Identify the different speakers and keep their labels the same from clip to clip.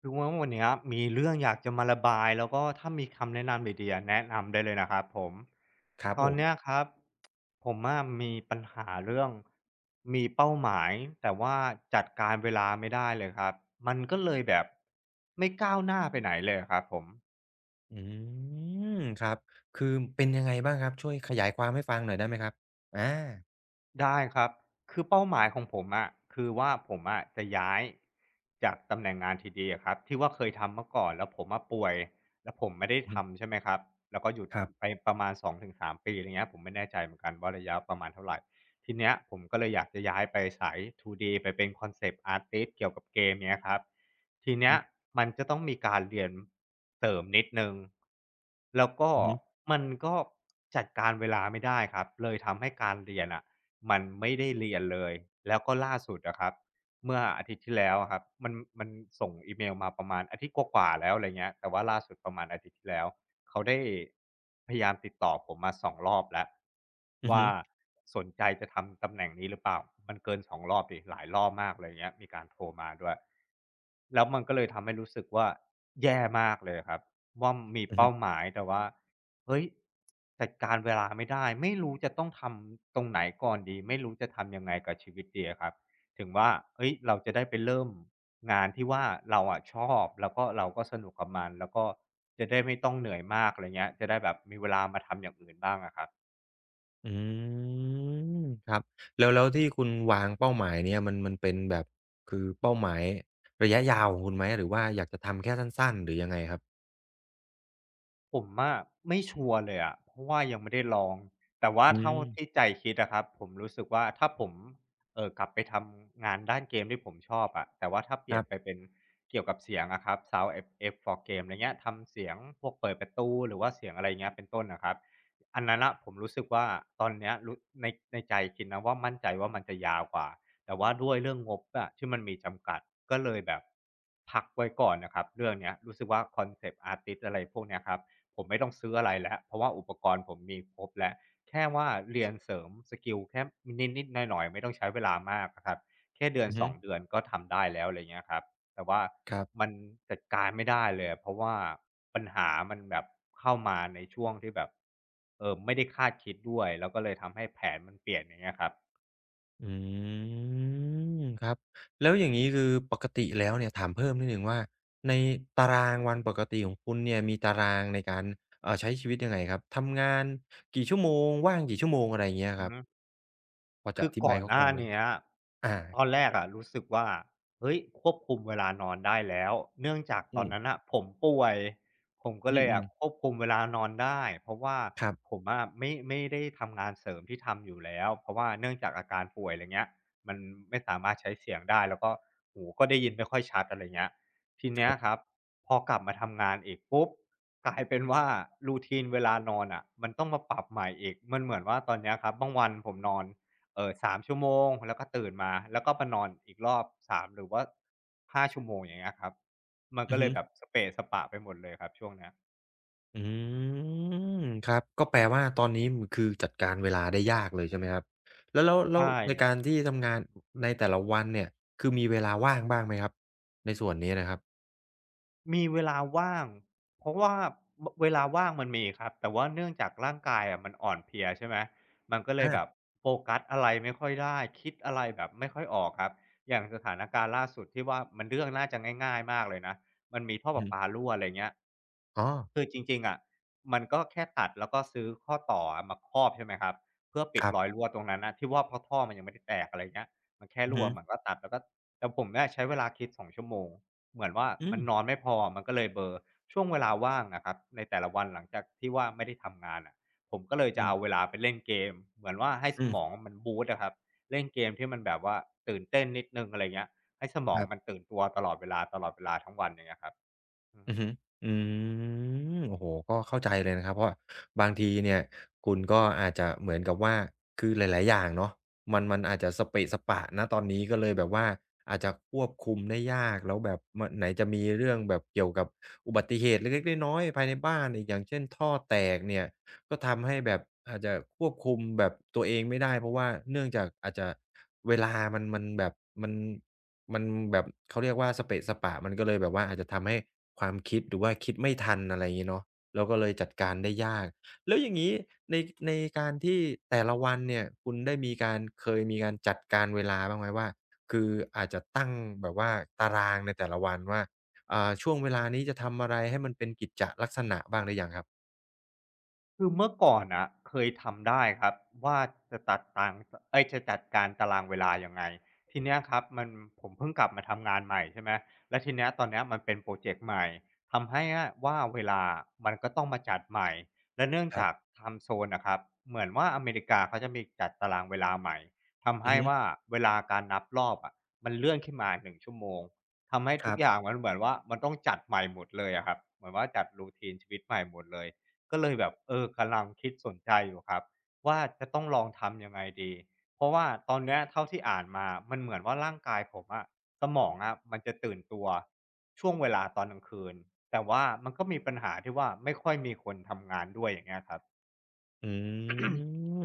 Speaker 1: คือว่าวันเนี้ยมีเรื่องอยากจะมาระบายแล้วก็ถ้ามีคำแนะนำดีๆอะแนะนำได้เลยนะครับผม
Speaker 2: ครับ
Speaker 1: ต
Speaker 2: ผ
Speaker 1: อน
Speaker 2: ม
Speaker 1: เนี้ยครับผมอะมีปัญหาเรื่องมีเป้าหมายแต่ว่าจัดการเวลาไม่ได้เลยครับมันก็เลยแบบไม่ก้าวหน้าไปไหนเลยะครับผม
Speaker 2: อืมครับ คือเป็นยังไงบ้างครับ ช่วยขยายความให้ฟังหน่อยได้ไหมครับอา
Speaker 1: ได้ครับคือเป้าหมายของผมอะคือว่าผมอะจะย้ายจากตำแหน่งงานทีดีอะครับที่ว่าเคยทำเมื่อก่อนแล้วผมมาป่วยแล้วผมไม่ได้
Speaker 2: อือฮึ
Speaker 1: ทำใช่ไหมครับแล้วก็หยุด
Speaker 2: ครับ
Speaker 1: ไปประมาณ2-3ปีอะไรเงี้ยผมไม่แน่ใจเหมือนกันว่าระยะประมาณเท่าไหร่ทีเนี้ยผมก็เลยอยากจะย้ายไปสาย 2D ไปเป็น Concept Artist เซปต์อาร์ติสเกี่ยวกับเกมเนี้ยครับที
Speaker 2: อือ
Speaker 1: เนี้ย
Speaker 2: ฮึ
Speaker 1: มันจะต้องมีการเรียนเสริมนิดหนึ่งแล้วก็
Speaker 2: อือฮึ
Speaker 1: มันก็จัดการเวลาไม่ได้ครับเลยทำให้การเรียนอะ มันไม่ได้เรียนเลย แล้วก็ล่าสุดอะครับเมื่ออาทิตย์ที่แล้วอะครับมันส่งอีเมลมาประมาณอาทิตย์กว่าๆแล้วอะไรเงี้ยแต่ว่าล่าสุดประมาณอาทิตย์ที่แล้ว เขาได้พยายามติดต่อผมมาสองรอบแล้ว
Speaker 2: อือ
Speaker 1: ว่า
Speaker 2: ฮึ
Speaker 1: สนใจจะทำตำแหน่งนี้หรือเปล่ามันเกินสองรอบดิหลายรอบมากเลยเงี้ยมีการโทรมาด้วยแล้วมันก็เลยทำให้รู้สึกว่าแย่มากเลยครับว่ามี
Speaker 2: อือฮึ
Speaker 1: เป้าหมายแต่ว่าเฮ้ยจัดการเวลาไม่ได้ไม่รู้จะต้องทำตรงไหนก่อนดีไม่รู้จะทำยังไงกับชีวิตดีอะครับถึงว่าเฮ้ยเราจะได้ไปเริ่ม งานที่ว่าเราอะชอบแล้วก็เราก็สนุกกับมันแล้วก็จะได้ไม่ต้องเหนื่อยมากอะไรเงี้ยจะได้แบบมีเวลามาทำอย่างอื่นบ้างอะครับ
Speaker 2: อืมครับแล้วที่คุณวางเป้าหมายเนี่ยมันเป็นแบบ คือเป้าหมาย ระยะยาวของคุณไหมหรือว่าอยากจะทำแค่สั้นๆหรือยังไงครับ
Speaker 1: ผมอะไม่ชัวร์เลยอะเพราะว่ายังไม่ได้ลองแต่ว่า
Speaker 2: อื
Speaker 1: เท่า
Speaker 2: ม
Speaker 1: ที่ใจคิดอะครับผมรู้สึกว่าถ้าผมกลับไปทำงานด้านเกมที่ผมชอบอะแต่ว่าถ้าเป
Speaker 2: ค
Speaker 1: ลี่ย
Speaker 2: รั
Speaker 1: นไป
Speaker 2: บ
Speaker 1: เป็นเกี่ยวกับเสียงอะครับ Sound Effect for Game อะไรเงี้ยทำเสียงพวกเปิดประตูหรือว่าเสียงอะไรเงี้ยเป็นต้นอะครับอันนั้นน่ะผมรู้สึกว่าตอนเนี้ยรู้ในในใจคิดนะว่ามั่นใจว่ามันจะยาวกว่าแต่ว่าด้วยเรื่องงบอะที่มันมีจำกัดก็เลยแบบพักไว้ก่อนน่ะครับเรื่องเนี้ยรู้สึกว่าคอนเซปต์อาร์ติสต์อะไรพวกเนี้ยครับ ผมไม่ต้องซื้ออะไรแล้วเพราะว่าอุปกรณ์ผมมีครบแล้วแค่ว่าเรียนเสริมสกิลแค่นิดๆหน่อยๆไม่ต้องใช้เวลามากอะครับแค่เดือน
Speaker 2: อือ
Speaker 1: ส
Speaker 2: ฮึ
Speaker 1: องเดือนก็ทำได้แล้วอะไรเงี้ยครับแต่ว่า
Speaker 2: ครับ
Speaker 1: มันจัดการไม่ได้เลยเพราะว่าปัญหามันแบบเข้ามาในช่วงที่แบบไม่ได้คาดคิดด้วยแล้วก็เลยทำให้แผนมันเปลี่ยนอย่างเงี้ยครับ
Speaker 2: อืมครับแล้วอย่างงี้คือปกติแล้วเนี่ยถามเพิ่มนิดหนึ่งว่าในตารางวันปกติของคุณเนี่ยมีตารางในการใช้ชีวิตยังไงครับทำงานกี่ชั่วโมงว่างกี่ชั่วโมงอะไรอย่างเงี้ย
Speaker 1: อื
Speaker 2: ค
Speaker 1: อ
Speaker 2: รับ
Speaker 1: ฮึ
Speaker 2: พอจะ
Speaker 1: คื
Speaker 2: อ
Speaker 1: อ
Speaker 2: ธิ
Speaker 1: ก่
Speaker 2: บา
Speaker 1: อ
Speaker 2: ย
Speaker 1: น
Speaker 2: คร่า
Speaker 1: หน้า
Speaker 2: วๆได้
Speaker 1: เนี้ย
Speaker 2: อา
Speaker 1: ตอนแรกอะรู้สึกว่าเฮ้ยควบคุมเวลานอนได้แล้วเนื่องจากต
Speaker 2: อื
Speaker 1: อนนั้น
Speaker 2: ม
Speaker 1: น่ะผมป่วยผมก็
Speaker 2: อื
Speaker 1: เลยอะค
Speaker 2: ม
Speaker 1: วบคุมเวลานอนได้เพราะว่า
Speaker 2: ๆครับ
Speaker 1: ผมอะไม่ได้ทำงานเสริมที่ทำอยู่แล้วเพราะว่าเนื่องจากอาการป่วยอะไรเงี้ยมันไม่สามารถใช้เสียงได้แล้วก็หูก็ได้ยินไม่ค่อยชัดอะไรเงี้ยทีเนี้ยครับพอกลับมาทำงานอีกปุ๊บกลายเป็นว่า routine เวลานอนอะมันต้องมาปรับใหม่อีกมันเหมือนว่าตอนเนี้ยครับบางวันผมนอน 3 ชั่วโมงชั่วโมงแล้วก็ตื่นมาแล้วก็มานอนอีกรอบ3หรือว่า5 ชั่วโมงชั่วโมงอย่างเงี้ยครับมัน
Speaker 2: อื
Speaker 1: ก็
Speaker 2: อ
Speaker 1: เล
Speaker 2: ฮึ
Speaker 1: ยแบบสะเปะสะปะไปหมดเลยครับช่วงเนี้ย
Speaker 2: อื
Speaker 1: อือฮึ
Speaker 2: มครับก็แปลว่าตอนนี้มคือจัดการเวลาได้ยากเลยใช่ไหมครับแล้ว
Speaker 1: ใช่
Speaker 2: ในการที่ทำงานในแต่ละวันเนี่ยคือมีเวลาว่างบ้างไหมครับในส่วนนี้นะครับ
Speaker 1: มีเวลาว่างเพราะว่าบเวลาว่างมันมีครับแต่ว่าเนื่องจากร่างกายอะมันอ่อนเพลียใช่ไหมมันก็เลยแบบ
Speaker 2: อา
Speaker 1: โฟกัสอะไรไม่ค่อยได้คิดอะไรแบบไม่ค่อยออกครับอย่างสถานการณ์ล่าสุดที่ว่ามันเรื่องน่าจะง่ายๆมากเลยนะมันมีท่อป
Speaker 2: อือ
Speaker 1: ระ
Speaker 2: ฮึ
Speaker 1: ปารั่วอะไรเงี้ย
Speaker 2: อ๋อ
Speaker 1: คือจริงๆอะมันก็แค่ตัดแล้วก็ซื้อข้อต่ออะมาครอบใช่ไหมครับเพื่อปิ
Speaker 2: ค
Speaker 1: ด
Speaker 2: รั
Speaker 1: รอย
Speaker 2: บ
Speaker 1: รั่วตรงนั้นน่ะที่ว่าเพราะท่อมันยังไม่ได้แตกอะไรเงี้ยมันแค่
Speaker 2: อือ
Speaker 1: รั่ว
Speaker 2: ฮึ
Speaker 1: มันก็ตัดแล้วก็แต่ผมเนี่ยใช้เวลาคิด2 ชั่วโมง เหมือนว่า
Speaker 2: อื
Speaker 1: มันนอน
Speaker 2: ม
Speaker 1: ไม่พอมันก็เลยเบลอร์ช่วงเวลาว่างนะครับในแต่ละวันหลังจากที่ว่าไม่ได้ทำงานอะผมก็เลย
Speaker 2: อื
Speaker 1: จะเอาเว
Speaker 2: ม
Speaker 1: ลาไปเล่นเกมเหมือนว่าให้ส
Speaker 2: อืม
Speaker 1: มองมันบูตนะครับเล่นเกมที่มันแบบว่าตื่นเต้นนิดนึงอะไรเงี้ยให้สมอง
Speaker 2: ครั
Speaker 1: มัน
Speaker 2: บ
Speaker 1: ตื่นตัวตลอดเวลาทั้งวันอย่างเงี้ยครับอือ
Speaker 2: อื
Speaker 1: ฮึ
Speaker 2: อฮึอืมโอ้โฮก็เข้าใจเลยนะครับเพราะว่าบางทีเนี่ยคุณก็อาจจะเหมือนกับว่าคือหลายๆอย่างเนาะมันอาจจะสะเปะสะปะณตอนนี้ก็เลยแบบว่าอาจจะควบคุมได้ยาก แล้วแบบมไหนจะมีเรื่องแบบเกี่ยวกับอุบัติเหตุเล็กๆน้อยๆภายในบ้านอีกอย่างเช่นท่อแตกเนี่ยก็ทำให้แบบอาจจะควบคุมแบบตัวเองไม่ได้ เพราะว่าเนื่องจากอาจจะเวลามันแบบมัน มันแบบเขาเรียกว่าสเปะสปะมันก็เลยแบบว่าอาจจะทำให้ความคิดหรือว่าคิดไม่ทันอะไรอย่างงี้เนาะแล้วก็เลยจัดการได้ยากแล้วอย่างงี้ในในการที่แต่ละวันเนี่ยคุณได้มีการเคยมีการจัดการเวลาบ้างไหมว่าคืออาจจะตั้งแบบว่าตารางในแต่ละวันว่าช่วงเวลานี้จะทำอะไรให้มันเป็นกิจจะลักษณะบ้างหรือยังครับ
Speaker 1: คือเมื่อก่อนนะเคยทำได้ครับว่าจะตัดตางจะจัดการตารางเวลายังไงทีเนี้ยครับผมเพิ่งกลับมาทำงานใหม่ใช่ไหมแล้วทีเนี้ยตอนเนี้ยมันเป็นพรอเจกต์ใหม่ทำให้อะว่าเวลามันก็ต้องมาจัดใหม่และเนื่อง
Speaker 2: ครั
Speaker 1: จาก
Speaker 2: บ
Speaker 1: ไทม์โซนอะครับเหมือนว่าอเมริกาเขาจะมีจัดตารางเวลาใหม่ทำ
Speaker 2: อือ
Speaker 1: ให้
Speaker 2: ฮึ
Speaker 1: ว่าเวลาการนับรอบอะมันเลื่อนขึ้นมาหนึ่งชั่วโมงทำให้
Speaker 2: ค
Speaker 1: ทุก
Speaker 2: รับ
Speaker 1: อย่างมันเหมือนว่ามันต้องจัดใหม่หมดเลยอะครับเหมือนว่าจัด routine ชีวิตใหม่หมดเลย ก็เลยแบบเออกำลังคิดสนใจอยู่ครับว่าจะต้องลองทำยังไงดีเพราะว่าตอนเนี้ยเท่าที่อ่านมามันเหมือนว่าร่างกายผมอะสมองอะมันจะตื่นตัวช่วงเวลาตอนกลางคืนแต่ว่ามันก็มีปัญหาที่ว่าไม่ค่อยมีคนทำงานด้วยอย่างเงี้ยครับ
Speaker 2: อื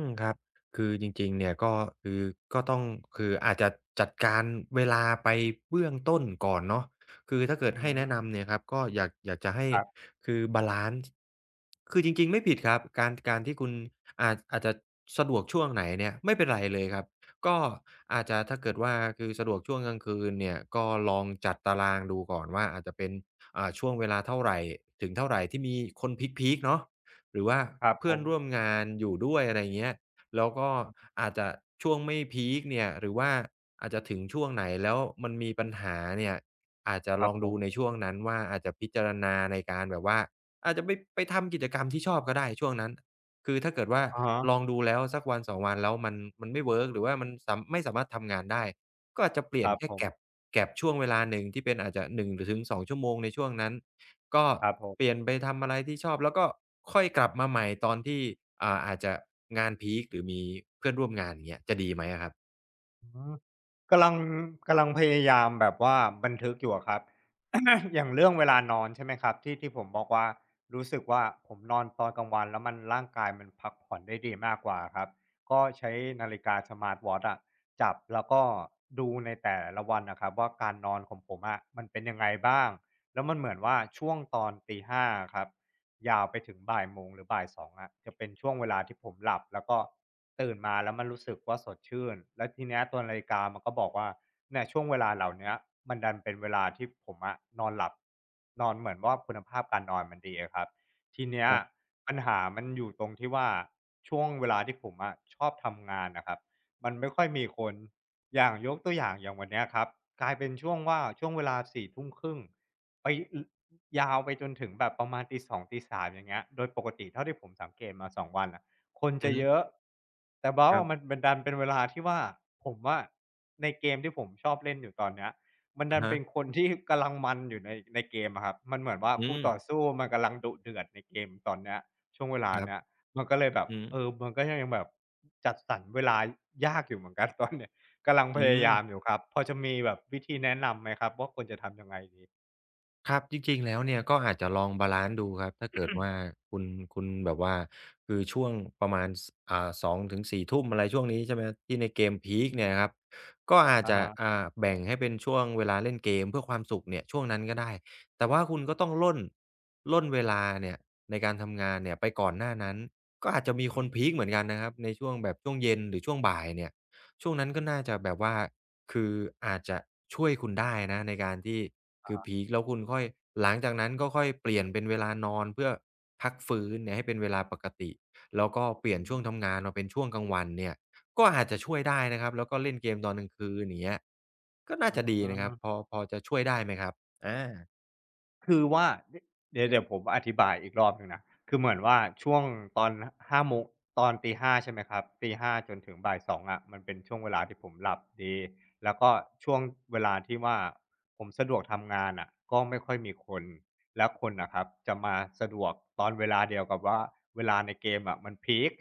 Speaker 2: มครับคือจริงๆเนี่ยก็คือก็ต้องคืออาจจะจัดการเวลาไปเบื้องต้นก่อนเนาะคือถ้าเกิด
Speaker 1: อื
Speaker 2: ให้
Speaker 1: ม
Speaker 2: แนะนำเนี่ยครับก็อยากจะให้
Speaker 1: ครับ
Speaker 2: คือบาลันซ์คือจริงๆไม่ผิดครับการที่คุณอาจจะสะดวกช่วงไหนเนี่ยไม่เป็นไรเลยครับก็อาจจะถ้าเกิดว่าคือสะดวกช่วงกลางคืนเนี่ยก็ลองจัดตารางดูก่อนว่าอาจจะเป็นช่วงเวลาเท่าไรถึงเท่าไรที่มีคนพีกๆเนาะ หรือว่า
Speaker 1: ครับผ
Speaker 2: เพื่อน
Speaker 1: ม
Speaker 2: ร่วมงานอยู่ด้วยอะไรเงี้ยแล้วก็อาจจะช่วงไม่พีกเนี่ยหรือว่าอาจจะถึงช่วงไหนแล้วมันมีปัญหาเนี่ยอาจจะ
Speaker 1: ค
Speaker 2: ล
Speaker 1: รับ
Speaker 2: อง
Speaker 1: ผ
Speaker 2: ดู
Speaker 1: ม
Speaker 2: ในช่วงนั้นว่าอาจจะพิจารณาในการแบบว่าอาจจะไปทำกิจกรรมที่ชอบก็ได้ช่วงนั้นคือถ้าเกิดว่า
Speaker 1: อ๋อ
Speaker 2: ลองดูแล้วสักวันสองวันแล้วมันไม่เวิร์กหรือว่ามันสำไม่สามารถทำงานได้ก็อาจจะเป
Speaker 1: ค
Speaker 2: ลี่ยน
Speaker 1: รับ
Speaker 2: แค่
Speaker 1: ผ
Speaker 2: gap
Speaker 1: ม
Speaker 2: ช่วงเวลาหนึ่งที่เป็นอาจจะ1หรือถึงสองชั่วโมงในช่วงนั้น ก็
Speaker 1: ครับผ
Speaker 2: เปลี่ย
Speaker 1: ม
Speaker 2: นไปทำอะไรที่ชอบแล้วก็ค่อยกลับมาใหม่ตอนที่อาจจะงานพีกหรือมีเพื่อนร่วมงานอย่างเงี้ยจะดีไหมอะครับ
Speaker 1: อืมกำลังกำลังพยายามแบบว่าบันทึกอยู่อะครับ อย่างเรื่องเวลานอนใช่ไหมครับที่ผมบอกว่ารู้สึกว่าผมนอนตอนกลางวันแล้วมันร่างกายมันพักผ่อนได้ดีมากกว่าครับก็ใช้นาฬิกาสมาร์ทวอตอะจับแล้วก็ดูในแต่ละวันนะครับว่าการนอนของผมอะมันเป็นยังไงบ้างแล้วมันเหมือนว่าช่วงตอนตีห้าครับ ยาวไปถึงบ่ายโมงหรือบ่ายสองอะจะเป็นช่วงเวลาที่ผมหลับแล้วก็ตื่นมาแล้วมันรู้สึกว่าสดชื่นแล้วทีเนี้ยตัวนาฬิกามันก็บอกว่าเนี่ยช่วงเวลาเหล่าเนี้ยมันดันเป็นเวลาที่ผมอะนอนหลับนอนเหมือนว่าคุณภาพการนอนมันดีอะครับทีเนี้ย
Speaker 2: ครับ
Speaker 1: ปัญหามันอยู่ตรงที่ว่าช่วงเวลาที่ผมอะชอบทำงานน่ะครับมันไม่ค่อยมีคนอย่างยกตัวอย่างอย่างวันเนี้ยครับกลายเป็นช่วงว่าช่วงเวลาสี่ทุ่มครึ่งไปอล ยาวไปจนถึงแบบประมาณตีสองตีสามอย่างเงี้ยโดยปกติเท่าที่ผมสังเกตมาสองวันน่ะคน
Speaker 2: อื
Speaker 1: จะ
Speaker 2: อฮึ
Speaker 1: เยอะ แต่
Speaker 2: ค
Speaker 1: ว่า
Speaker 2: รับ
Speaker 1: มันดันเป็นเวลาที่ว่าผมอะในเกมที่ผมชอบเล่นอยู่ตอนเนี้ยมัน
Speaker 2: อะ
Speaker 1: ดัน
Speaker 2: ฮะ
Speaker 1: เป็นคนที่กำลังมันอยู่ในเกมอะครับมันเหมือนว่า
Speaker 2: อื
Speaker 1: คู่
Speaker 2: ม
Speaker 1: ต่อสู้มันกำลังดุเดือดในเกมตอนเนี้ยช่วงเวลา
Speaker 2: ครับ
Speaker 1: เนี้ยมันก็เลยแบบ
Speaker 2: อือฮึ
Speaker 1: เออมันก็ยังแบบจัดสรรเวลายากอยู่เหมือนกัน ตอนเนี้ยกำลังพ
Speaker 2: อื
Speaker 1: ยายาม
Speaker 2: ม
Speaker 1: อยู่ครับพอจะมีแบบวิธีแนะนำไหมครับว่าควรจะทำยังไงดี
Speaker 2: ครับจริงๆแล้วเนี่ยก็อาจจะลองบาลันซ์ดูครับถ้าเกิดว่าคุณแบบว่าคือช่วงประมาณสอ่า2-4ทุ่มอะไรช่วงนี้ใช่ไหมที่ในเกมพีกเนี่ยครับก็อาจ
Speaker 1: อะ
Speaker 2: จะ
Speaker 1: ฮะ
Speaker 2: แบ่งให้เป็นช่วงเวลาเล่นเกมเพื่อความสุขเนี่ยช่วงนั้นก็ได้แต่ว่าคุณก็ต้องร่นเวลาเนี่ยในการทำงานเนี่ยไปก่อนหน้านั้นก็อาจจะมี
Speaker 1: อื
Speaker 2: คน
Speaker 1: ม
Speaker 2: พีกเหมือนกันนะครับในช่วงแบบช่วงเย็นหรือช่วงบ่ายเนี่ยช่วงนั้น
Speaker 1: อ๋
Speaker 2: ก็น่า
Speaker 1: อ
Speaker 2: จะแบบว่า คืออาจจะช่วยคุณได้นะในการที่คือพีกแล้วคุณค่อยหลังจากนั้นก็ค่อยเปลี่ยนเป็นเวลานอนเพื่อพักฟื้นเนี่ยให้เป็นเวลาปกติแล้วก็เป
Speaker 1: อื
Speaker 2: ลี่ยนช่วง
Speaker 1: ม
Speaker 2: ทำงานมาเป็นช่วงกลางวันเนี่ยก็อาจจะช่วยได้นะครับแล้วก็เล่นเกมตอนกลางคืนอย่างเงี้ยก็น่า
Speaker 1: อ๋อ
Speaker 2: จะดีนะครับพอจะช่วยได้ไหมครับอา
Speaker 1: คือว่าเดี๋ยวผมอธิบายอีกรอบหนึ่งนะคือเหมือนว่าช่วงตอน5โมงตอนตี5้าใช่ไหมครับตีห้าจนถึงบ่4ยสองอะมันเป็นช่วงเวลาที่ผมหลับดีแล้วก็ช่วงเวลาที่ว่าผมสะดวกทำงานอ่ะก็ไม่ค่อยมีคนแล้วคนน่ะครับจะมาสะดวกตอนเวลาเดียวกับว่าเวลาในเกมอะมันพีก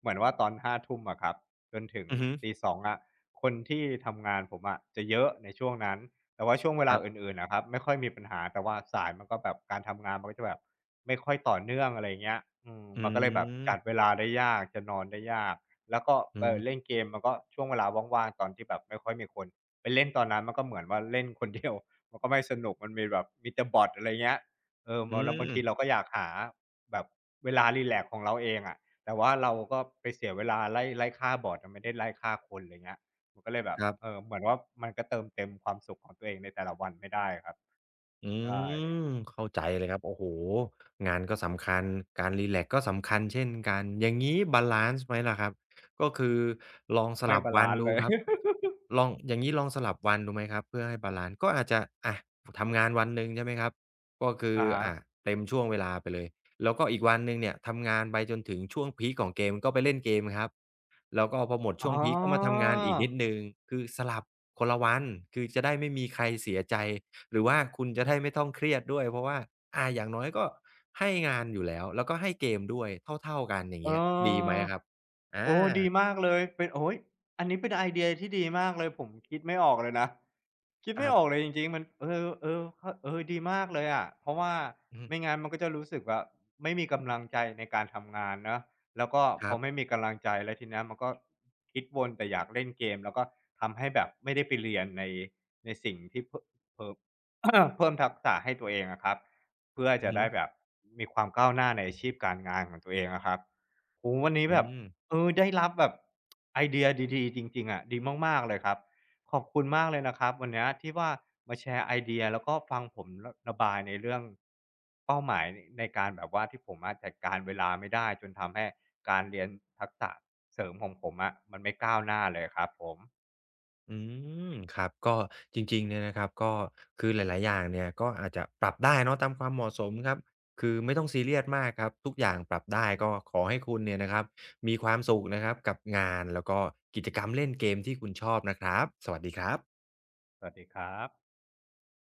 Speaker 1: เหมือนว่าตอนห้าทุ่มอะครับจนถึง
Speaker 2: อือฮึ
Speaker 1: ตีสองอะคนที่ทำงานผมอะจะเยอะในช่วงนั้น แต่ว่าช่วงเว
Speaker 2: ค
Speaker 1: ลา
Speaker 2: รั
Speaker 1: อ
Speaker 2: บ
Speaker 1: ื่นๆนะครับไม่ค่อยมีปัญหาแต่ว่าสายมันก็แบบการทำงานมันก็จะแบบไม่ค่อยต่อเนื่องอะไรเงี้ยอืม
Speaker 2: อื
Speaker 1: มันก็เลยแบบจัดเว
Speaker 2: ม
Speaker 1: ลาได้ยากจะนอนได้ยากแล้วก็
Speaker 2: อื
Speaker 1: เล่น
Speaker 2: ม
Speaker 1: เกมมันก็ช่วงเวลาว่างๆตอนที่แบบไม่ค่อยมีคนไปเล่นตอนนั้นมันก็เหมือนว่าเล่นคนเดียว มันก็ไม่สนุกมันมีแบบมีแต่บอตอะไรเงี้ยเออม
Speaker 2: อื
Speaker 1: แล้วบางที
Speaker 2: ม
Speaker 1: เราก็อยากหาแบบเวลารีแลกซ์ของเราเองอะแต่ว่าเราก็ไปเสียเวลาไล่ฆ่าบอตอะไม่ได้ไล่ฆ่าคนไรเงี้ย มันก็เลยแบบ
Speaker 2: ครั
Speaker 1: เออ
Speaker 2: บ
Speaker 1: เหมือนว่ามันก็เติมเต็มความสุขของตัวเองในแต่ละวันไม่ได้ครับ
Speaker 2: อื
Speaker 1: ใช่
Speaker 2: มเข้าใจเลยครับโอ้โหงานก็สำคัญการรีแลกซ์ก็สำคัญเช่นกันอย่างงี้บาลันซ์ไหมล่ะครับก็คือลองส
Speaker 1: ไม่
Speaker 2: ลับ
Speaker 1: บา
Speaker 2: วัน
Speaker 1: ลันซ์
Speaker 2: ดู
Speaker 1: เลย
Speaker 2: ค รับลองอย่างงี้ลองสลับวันดูไหมครับเพื่อให้บาลันซ์ก็อาจจะอะทำงานวันหนึ่งใช่ไหมครับก็คือ
Speaker 1: อะฮะ
Speaker 2: อะเต็มช่วงเวลาไปเลยแล้วก็อีกวันหนึ่งเนี่ยทำงานไปจนถึงช่วงพีกของเกมก็ไปเล่นเกมครับแล้วก็พอหมด
Speaker 1: อ๋อ
Speaker 2: ช่วงพีกก็มาทำงานอีกนิดหนึ่งคือสลับคนละวันคือจะได้ไม่มีใครเสียใจ หรือว่าคุณจะได้ไม่ต้องเครียดด้วยเพราะว่าอย่างน้อยก็ให้งานอยู่แล้วแล้วก็ให้เกมด้วยเท่าๆกันอย่าง
Speaker 1: เอ
Speaker 2: เงี้ยดีไหม
Speaker 1: อ
Speaker 2: ครับอา
Speaker 1: โอ้ดีมากเลยเป็นโอ้ยอันนี้เป็นไอเดียที่ดีมากเลยผมคิดไม่ออกเลยนะคิด
Speaker 2: ค
Speaker 1: ไม่
Speaker 2: รั
Speaker 1: ออก
Speaker 2: บ
Speaker 1: เลยจริงๆมันเออเออเข้าเออดีมากเลยอะเพราะว่า
Speaker 2: อือฮึ
Speaker 1: ไม่งั้นมันก็จะรู้สึกว่าไม่มีกำลังใจในการทำงานเนาะแล้วก็
Speaker 2: ค
Speaker 1: พ
Speaker 2: รั
Speaker 1: อ
Speaker 2: บ
Speaker 1: ไม่มีกำลังใจแล้วทีเนี้ยมันก็คิดวนแต่อยากเล่นเกมแล้วก็ทำให้แบบไม่ได้ไปเรียนในสิ่งที่เพิ่ม เพิ่มทักษะให้ตัวเองอะครับเพื่อ
Speaker 2: อือ
Speaker 1: จะ
Speaker 2: ฮึ
Speaker 1: ได้แบบมีความก้าวหน้าในอาชีพการงานของตัวเองอะครับ โอ้โฮวันนี้
Speaker 2: อื
Speaker 1: แบบ
Speaker 2: ม
Speaker 1: เออได้รับแบบไอเดียดีๆจริงๆอะดีมากๆเลยครับขอบคุณมากเลยนะครับวันเนี้ยที่ว่ามาแชร์ไอเดียแล้วก็ฟังผมระบายในเรื่องเป้าหมายในการแบบว่าที่ผมอะจัดการเวลาไม่ได้จนทำให้การเรียนทักษะเสริมของผมอะมันไม่ก้าวหน้าเลยครับผม
Speaker 2: อืมครับก็จริงๆเนี่ยนะครับก็คือหลายๆอย่างเนี่ยก็อาจจะปรับได้เนาะตามความเหมาะสมครับคือไม่ต้องซีเรียสมากครับทุกอย่างปรับได้ก็ขอให้คุณเนี่ยนะครับมีความสุขนะครับกับงานแล้วก็กิจกรรมเล่นเกมที่คุณชอบนะครับสวัสดีครับ
Speaker 1: สวัสดีครับ